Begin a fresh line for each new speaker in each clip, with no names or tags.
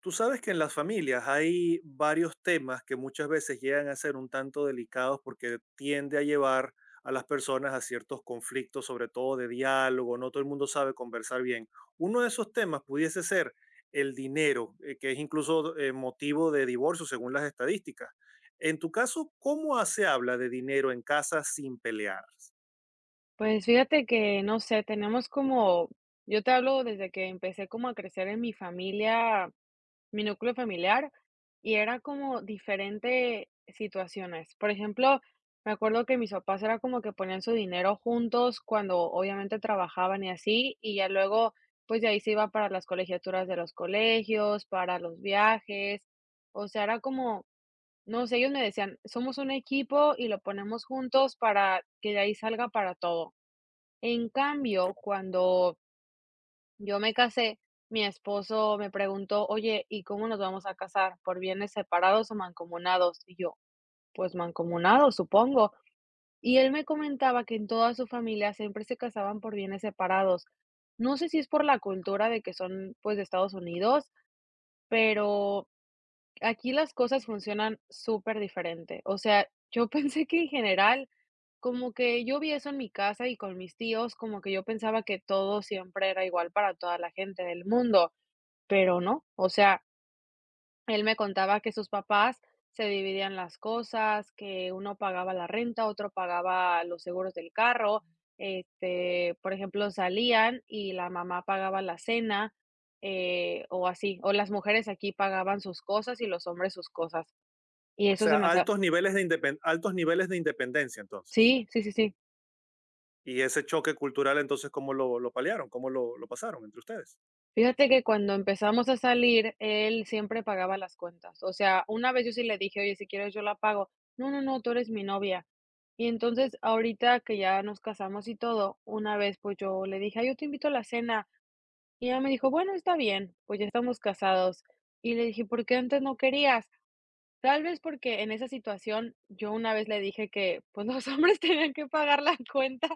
Tú sabes que en las familias hay varios temas que muchas veces llegan a ser un tanto delicados porque tiende a llevar a las personas a ciertos conflictos, sobre todo de diálogo. No todo el mundo sabe conversar bien. Uno de esos temas pudiese ser el dinero, que es incluso motivo de divorcio según las estadísticas. En tu caso, ¿cómo se habla de dinero en casa sin pelear?
Pues fíjate que, no sé, tenemos como, yo te hablo desde que empecé como a crecer en mi familia, mi núcleo familiar, y era como diferente situaciones. Por ejemplo, me acuerdo que mis papás era como que ponían su dinero juntos cuando obviamente trabajaban y así, y ya luego, pues de ahí se iba para las colegiaturas de los colegios, para los viajes, o sea, era como, no sé, ellos me decían, somos un equipo y lo ponemos juntos para que de ahí salga para todo. En cambio, cuando yo me casé, mi esposo me preguntó, oye, ¿y cómo nos vamos a casar? ¿Por bienes separados o mancomunados? Y yo, pues mancomunados, supongo. Y él me comentaba que en toda su familia siempre se casaban por bienes separados. No sé si es por la cultura de que son pues de Estados Unidos, pero aquí las cosas funcionan súper diferente. O sea, yo pensé que en general, como que yo vi eso en mi casa y con mis tíos, como que yo pensaba que todo siempre era igual para toda la gente del mundo, pero no. O sea, él me contaba que sus papás se dividían las cosas, que uno pagaba la renta, otro pagaba los seguros del carro. Este, por ejemplo, salían y la mamá pagaba la cena o así, o las mujeres aquí pagaban sus cosas y los hombres sus cosas. Y
O
eso es
sea,
demasiado.
altos niveles de, altos niveles de independencia entonces.
Sí, sí, sí, sí.
Y ese choque cultural, entonces, ¿cómo lo paliaron? ¿Cómo lo pasaron entre ustedes?
Fíjate que cuando empezamos a salir, él siempre pagaba las cuentas. O sea, una vez yo sí le dije: "Oye, si quieres yo la pago". "No, no, no, tú eres mi novia". Y entonces, ahorita que ya nos casamos y todo, una vez, pues, yo le dije: "Ay, yo te invito a la cena". Y ella me dijo: "Bueno, está bien", pues, ya estamos casados. Y le dije: "¿Por qué antes no querías?". Tal vez porque en esa situación yo una vez le dije que, pues, los hombres tenían que pagar la cuenta,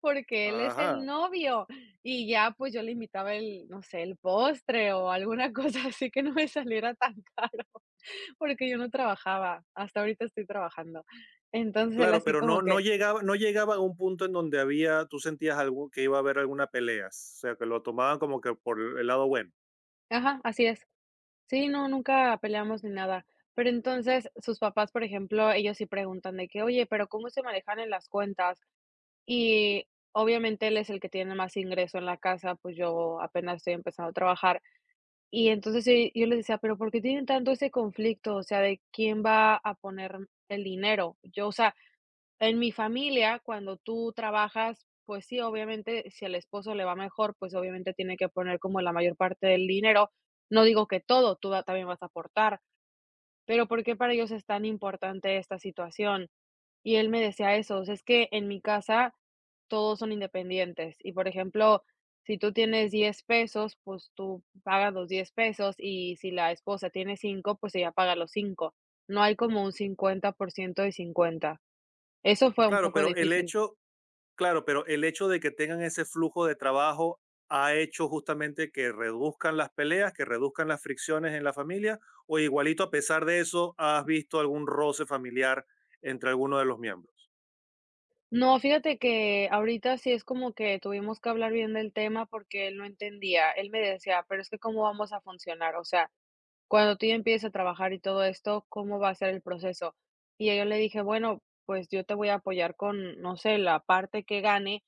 porque él es el
Ajá,
novio. Y ya, pues, yo le invitaba el, no sé, el postre o alguna cosa así que no me saliera tan caro, porque yo no trabajaba, hasta ahorita estoy trabajando. Entonces, él
claro,
así
pero
como
no
que,
llegaba, no llegaba a un punto en donde había, tú sentías algo, que iba a haber alguna pelea, o sea, que lo tomaban como que por el lado bueno.
ajá, así es. Sí, no, nunca peleamos ni nada. Pero entonces, sus papás, por ejemplo, ellos sí preguntan de que: "Oye, pero, ¿cómo se manejan en las cuentas?". Y obviamente él es el que tiene más ingreso en la casa, pues, yo apenas estoy empezando a trabajar. Y entonces yo les decía: "Pero, ¿por qué tienen tanto ese conflicto? O sea, de quién va a poner el dinero". Yo, o sea, en mi familia, cuando tú trabajas, pues sí, obviamente, si al esposo le va mejor, pues obviamente tiene que poner como la mayor parte del dinero. No digo que todo, tú también vas a aportar, pero ¿por qué para ellos es tan importante esta situación? Y él me decía eso, o sea, es que en mi casa todos son independientes y, por ejemplo, si tú tienes 10 pesos, pues tú pagas los 10 pesos y si la esposa tiene 5, pues ella paga los 5. No hay como un 50% de 50. Eso fue un
Claro,
poco
pero el
difícil.
hecho, claro, pero el hecho de que tengan ese flujo de trabajo ha hecho justamente que reduzcan las peleas, que reduzcan las fricciones en la familia, o igualito a pesar de eso, has visto algún roce familiar entre alguno de los miembros.
No, fíjate que ahorita sí es como que tuvimos que hablar bien del tema porque él no entendía. Él me decía, pero es que cómo vamos a funcionar, o sea, cuando tú ya empieces a trabajar y todo esto, ¿cómo va a ser el proceso? Y yo le dije: "Bueno, pues yo te voy a apoyar con, no sé, la parte que gane,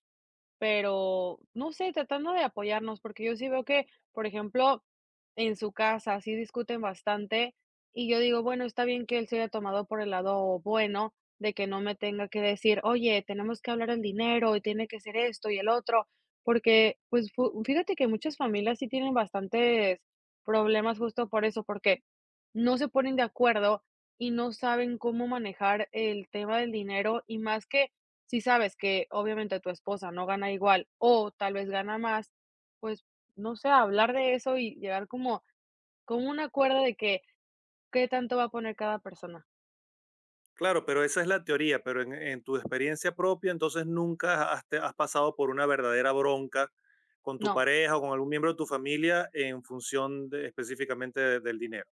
pero, no sé, tratando de apoyarnos, porque yo sí veo que, por ejemplo, en su casa sí discuten bastante y yo digo, bueno, está bien que él se haya tomado por el lado bueno de que no me tenga que decir, oye, tenemos que hablar el dinero y tiene que ser esto y el otro, porque pues fíjate que muchas familias sí tienen bastantes problemas justo por eso, porque no se ponen de acuerdo y no saben cómo manejar el tema del dinero y más que si sabes que obviamente tu esposa no gana igual o tal vez gana más, pues, no sé, hablar de eso y llegar como un acuerdo de que, ¿qué tanto va a poner cada persona?".
Claro, pero esa es la teoría, pero en tu experiencia propia, entonces nunca has pasado por una verdadera bronca con tu
No.
pareja o con algún miembro de tu familia en específicamente del dinero.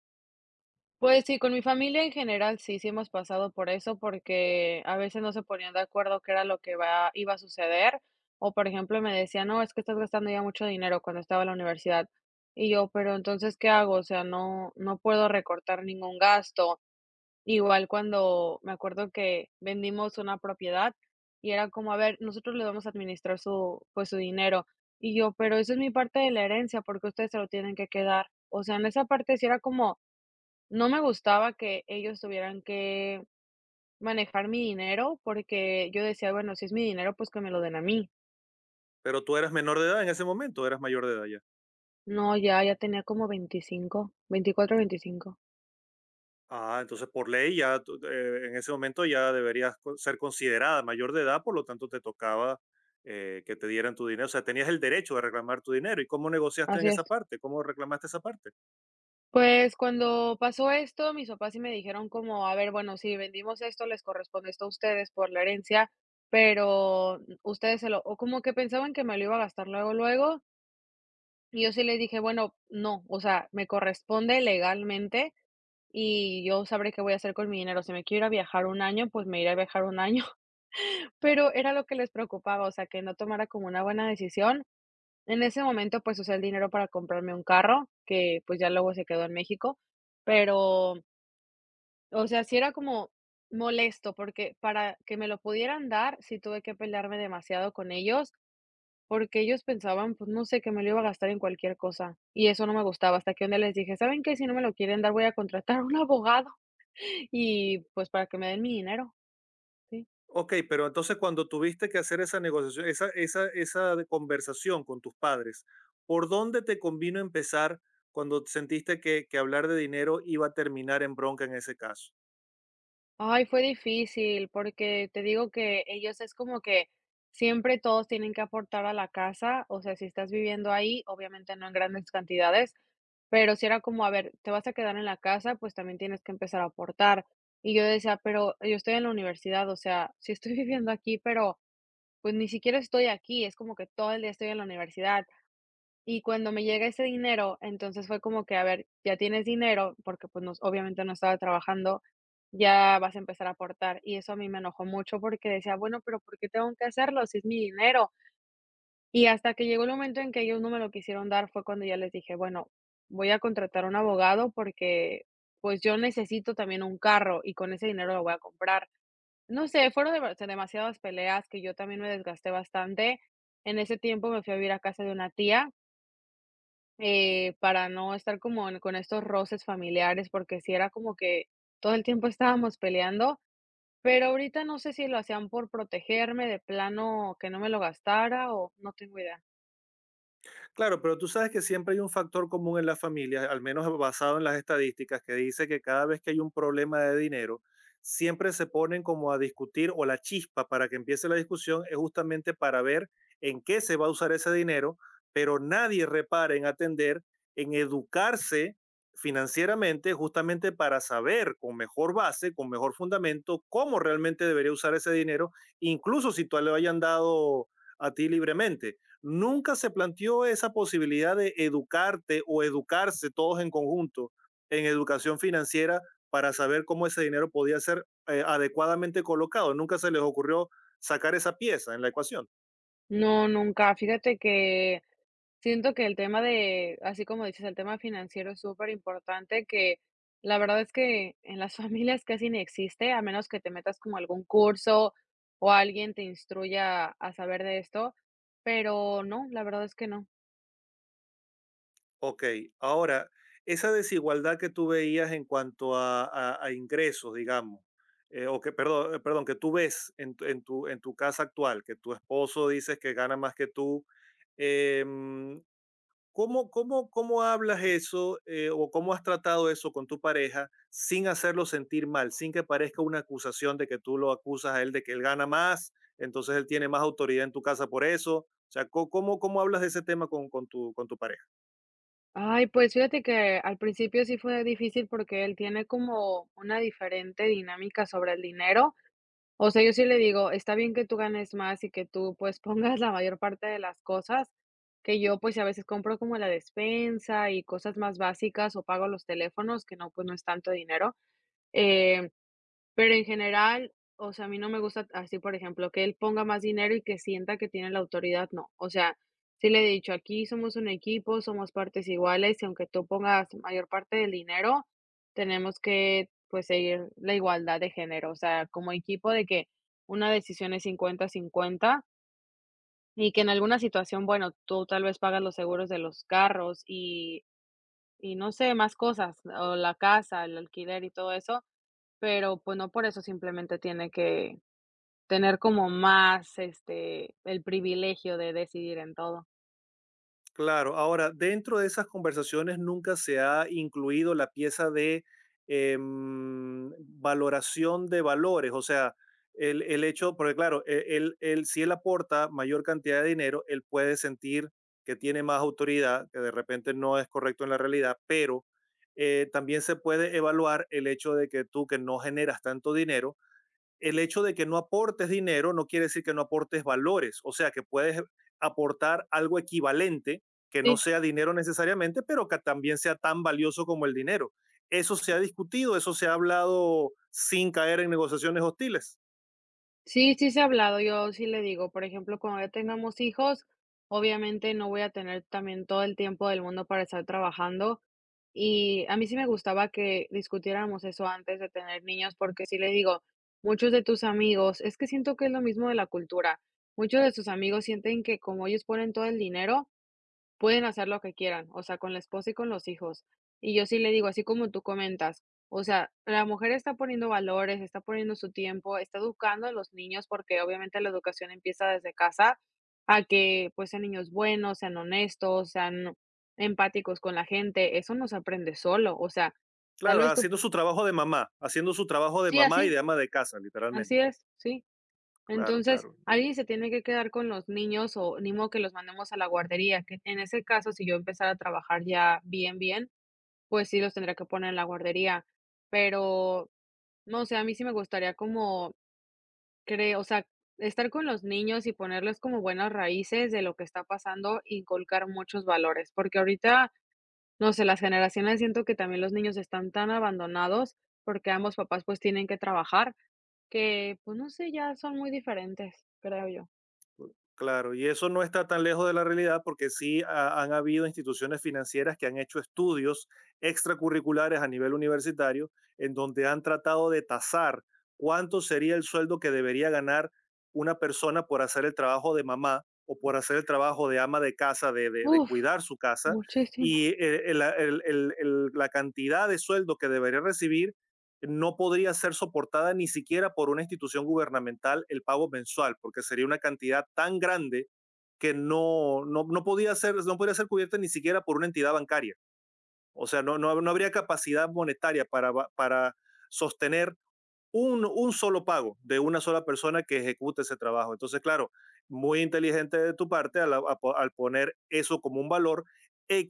Pues sí, con mi familia en general sí, sí hemos pasado por eso, porque a veces no se ponían de acuerdo qué era lo que va iba a suceder, o por ejemplo, me decían: "No, es que estás gastando ya mucho dinero", cuando estaba en la universidad. Y yo: "Pero entonces, ¿qué hago?, o sea, no puedo recortar ningún gasto". Igual cuando me acuerdo que vendimos una propiedad y era como, a ver, nosotros le vamos a administrar su, pues su dinero. Y yo, pero eso es mi parte de la herencia, porque ustedes se lo tienen que quedar. O sea, en esa parte sí era como, no me gustaba que ellos tuvieran que manejar mi dinero, porque yo decía, bueno, si es mi dinero, pues que me lo den a mí.
Pero tú eras menor de edad en ese momento, o eras mayor de edad ya.
No, ya, ya tenía como 25, 24, 25.
Ah, entonces por ley ya tú, en ese momento ya deberías ser considerada mayor de edad, por lo tanto te tocaba que te dieran tu dinero. O sea, tenías el derecho de reclamar tu dinero. ¿Y cómo negociaste en
Así es.
esa parte? ¿Cómo reclamaste esa parte?
Pues, cuando pasó esto, mis papás sí me dijeron como: "A ver, bueno, si vendimos esto, les corresponde esto a ustedes por la herencia, pero ustedes se lo" o como que pensaban que me lo iba a gastar luego, luego, y yo sí les dije: "Bueno, no, o sea, me corresponde legalmente y yo sabré qué voy a hacer con mi dinero. Si me quiero ir a viajar un año, pues me iré a viajar un año", pero era lo que les preocupaba, o sea, que no tomara como una buena decisión. En ese momento, pues, usé el dinero para comprarme un carro, que, pues, ya luego se quedó en México, pero, o sea, sí era como molesto, porque para que me lo pudieran dar, sí tuve que pelearme demasiado con ellos, porque ellos pensaban, pues no sé, que me lo iba a gastar en cualquier cosa. Y eso no me gustaba, hasta que un día les dije, ¿saben qué? Si no me lo quieren dar, voy a contratar a un abogado y pues para que me den mi dinero. Sí.
Ok, pero entonces cuando tuviste que hacer esa negociación, esa de conversación con tus padres, ¿por dónde te convino empezar cuando sentiste que hablar de dinero iba a terminar en bronca en ese caso?
Ay, fue difícil, porque te digo que ellos es como que siempre todos tienen que aportar a la casa, o sea, si estás viviendo ahí, obviamente no en grandes cantidades, pero si era como, a ver, te vas a quedar en la casa, pues también tienes que empezar a aportar. Y yo decía, pero yo estoy en la universidad, o sea, sí estoy viviendo aquí, pero pues ni siquiera estoy aquí, es como que todo el día estoy en la universidad. Y cuando me llega ese dinero, entonces fue como que, a ver, ya tienes dinero, porque pues no, obviamente no estaba trabajando, ya vas a empezar a aportar. Y eso a mí me enojó mucho porque decía, bueno, pero ¿por qué tengo que hacerlo si es mi dinero? Y hasta que llegó el momento en que ellos no me lo quisieron dar, fue cuando ya les dije, bueno, voy a contratar un abogado porque pues yo necesito también un carro y con ese dinero lo voy a comprar. No sé, fueron demasiadas peleas que yo también me desgasté bastante. En ese tiempo me fui a vivir a casa de una tía, para no estar como con estos roces familiares, porque si era como que todo el tiempo estábamos peleando, pero ahorita no sé si lo hacían por protegerme de plano que no me lo gastara o no tengo idea.
Claro, pero tú sabes que siempre hay un factor común en las familias, al menos basado en las estadísticas, que dice que cada vez que hay un problema de dinero, siempre se ponen como a discutir, o la chispa para que empiece la discusión es justamente para ver en qué se va a usar ese dinero, pero nadie repara en atender, en educarse financieramente, justamente para saber con mejor base, con mejor fundamento, cómo realmente debería usar ese dinero. Incluso si tú le hayan dado a ti libremente, nunca se planteó esa posibilidad de educarte o educarse todos en conjunto en educación financiera para saber cómo ese dinero podía ser adecuadamente colocado. Nunca se les ocurrió sacar esa pieza en la ecuación.
No, nunca. Fíjate que siento que el tema de, así como dices, el tema financiero es súper importante, que la verdad es que en las familias casi ni existe, a menos que te metas como a algún curso o alguien te instruya a saber de esto, pero no, la verdad es que no.
Ok, ahora, esa desigualdad que tú veías en cuanto a, a ingresos, digamos, o que, perdón, perdón, que tú ves en, en tu casa actual, que tu esposo dices que gana más que tú, em, ¿cómo, cómo hablas eso o cómo has tratado eso con tu pareja sin hacerlo sentir mal, sin que parezca una acusación de que tú lo acusas a él de que él gana más, entonces él tiene más autoridad en tu casa por eso? O sea, ¿cómo, cómo hablas de ese tema con, con tu pareja?
Ay, pues fíjate que al principio sí fue difícil porque él tiene como una diferente dinámica sobre el dinero. O sea, yo sí le digo, está bien que tú ganes más y que tú pues pongas la mayor parte de las cosas, que yo pues a veces compro como la despensa y cosas más básicas o pago los teléfonos, que no, pues no es tanto dinero. Em, pero en general, o sea, a mí no me gusta así, por ejemplo, que él ponga más dinero y que sienta que tiene la autoridad, no. O sea, sí le he dicho, aquí somos un equipo, somos partes iguales y aunque tú pongas mayor parte del dinero, tenemos que, pues, seguir la igualdad de género. O sea, como equipo de que una decisión es 50-50 y que en alguna situación, bueno, tú tal vez pagas los seguros de los carros y no sé, más cosas, o la casa, el alquiler y todo eso, pero, pues, no por eso simplemente tiene que tener como más, este, el privilegio de decidir en todo.
Claro, ahora, dentro de esas conversaciones nunca se ha incluido la pieza de em, valoración de valores, o sea, el hecho, porque claro, si él aporta mayor cantidad de dinero, él puede sentir que tiene más autoridad, que de repente no es correcto en la realidad, pero también se puede evaluar el hecho de que tú que no generas tanto dinero, el hecho de que no aportes dinero no quiere decir que no aportes valores, o sea que puedes aportar algo equivalente que no
Sí,
sea dinero necesariamente, pero que también sea tan valioso como el dinero. Eso se ha discutido, eso se ha hablado sin caer en negociaciones hostiles.
sí, sí se ha hablado, yo sí le digo, por ejemplo, cuando ya tengamos hijos, obviamente no voy a tener también todo el tiempo del mundo para estar trabajando, y a mí sí me gustaba que discutiéramos eso antes de tener niños, porque sí le digo, muchos de tus amigos es que siento que es lo mismo de la cultura, muchos de tus amigos sienten que como ellos ponen todo el dinero, pueden hacer lo que quieran, o sea, con la esposa y con los hijos. Y yo sí le digo, así como tú comentas, o sea, la mujer está poniendo valores, está poniendo su tiempo, está educando a los niños, porque obviamente la educación empieza desde casa, a que pues sean niños buenos, sean honestos, sean empáticos con la gente. Eso no se aprende solo, o sea, tal
Claro,
vez tú,
haciendo su trabajo de mamá, haciendo su trabajo de
sí,
mamá y
así,
de ama de casa, literalmente.
así es, sí.
Claro,
Entonces,
claro. Y
alguien se tiene que quedar con los niños o ni modo que los mandemos a la guardería, que en ese caso, si yo empezara a trabajar ya bien, bien, pues sí, los tendría que poner en la guardería, pero no sé, a mí sí me gustaría como cre o sea, estar con los niños y ponerles como buenas raíces de lo que está pasando, inculcar muchos valores, porque ahorita, no sé, las generaciones siento que también los niños están tan abandonados porque ambos papás, pues, tienen que trabajar, que, pues, no sé, ya son muy diferentes, creo yo.
claro, y eso no está tan lejos de la realidad porque sí han habido instituciones financieras que han hecho estudios extracurriculares a nivel universitario en donde han tratado de tasar cuánto sería el sueldo que debería ganar una persona por hacer el trabajo de mamá o por hacer el trabajo de ama de casa, de, de
Uf,
cuidar su casa,
muchísimo,
y la cantidad de sueldo que debería recibir no podría ser soportada ni siquiera por una institución gubernamental el pago mensual, porque sería una cantidad tan grande que no podía, ser, no podría ser cubierta ni siquiera por una entidad bancaria. O sea, no habría capacidad monetaria para sostener un solo pago de una sola persona que ejecute ese trabajo. Entonces, claro, muy inteligente de tu parte al poner eso como un valor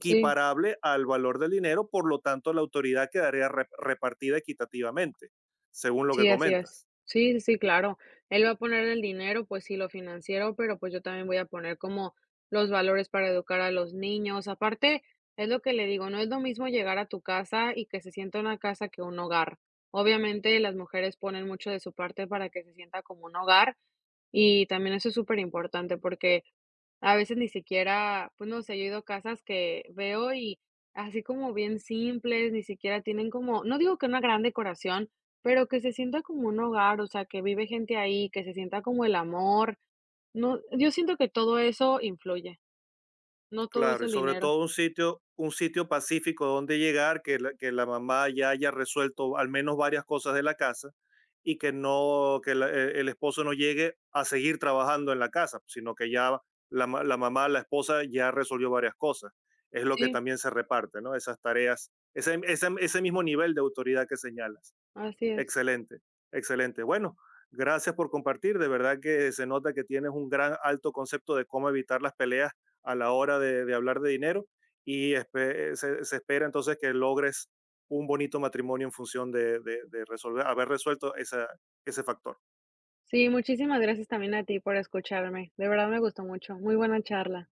sí.
al valor del dinero, por lo tanto la autoridad quedaría repartida equitativamente, según lo que
Sí, así es.
comentas.
Sí, sí, sí, claro. Él va a poner el dinero, pues sí, lo financiero, pero pues yo también voy a poner como los valores para educar a los niños. Aparte, es lo que le digo, no es lo mismo llegar a tu casa y que se sienta una casa que un hogar. Obviamente, las mujeres ponen mucho de su parte para que se sienta como un hogar y también eso es súper importante porque a veces ni siquiera, pues, no sé, yo he ido a casas que veo y así como bien simples, ni siquiera tienen como, no digo que una gran decoración, pero que se sienta como un hogar, o sea, que vive gente ahí, que se sienta como el amor. No, yo siento que todo eso influye, no todo es
Claro, y
el
sobre
dinero.
todo un sitio pacífico donde llegar, que que la mamá ya haya resuelto al menos varias cosas de la casa, y que no, que el esposo no llegue a seguir trabajando en la casa, sino que ya la mamá, la esposa ya resolvió varias cosas. Es lo que
Sí,
también se reparte, ¿no? Esas tareas, ese mismo nivel de autoridad que señalas.
así es.
Excelente, excelente. Bueno, gracias por compartir. De verdad que se nota que tienes un gran alto concepto de cómo evitar las peleas a la hora de hablar de dinero, y se espera entonces que logres un bonito matrimonio en función de, de resolver, haber resuelto ese factor.
Sí, muchísimas gracias también a ti por escucharme. De verdad me gustó mucho. Muy buena charla.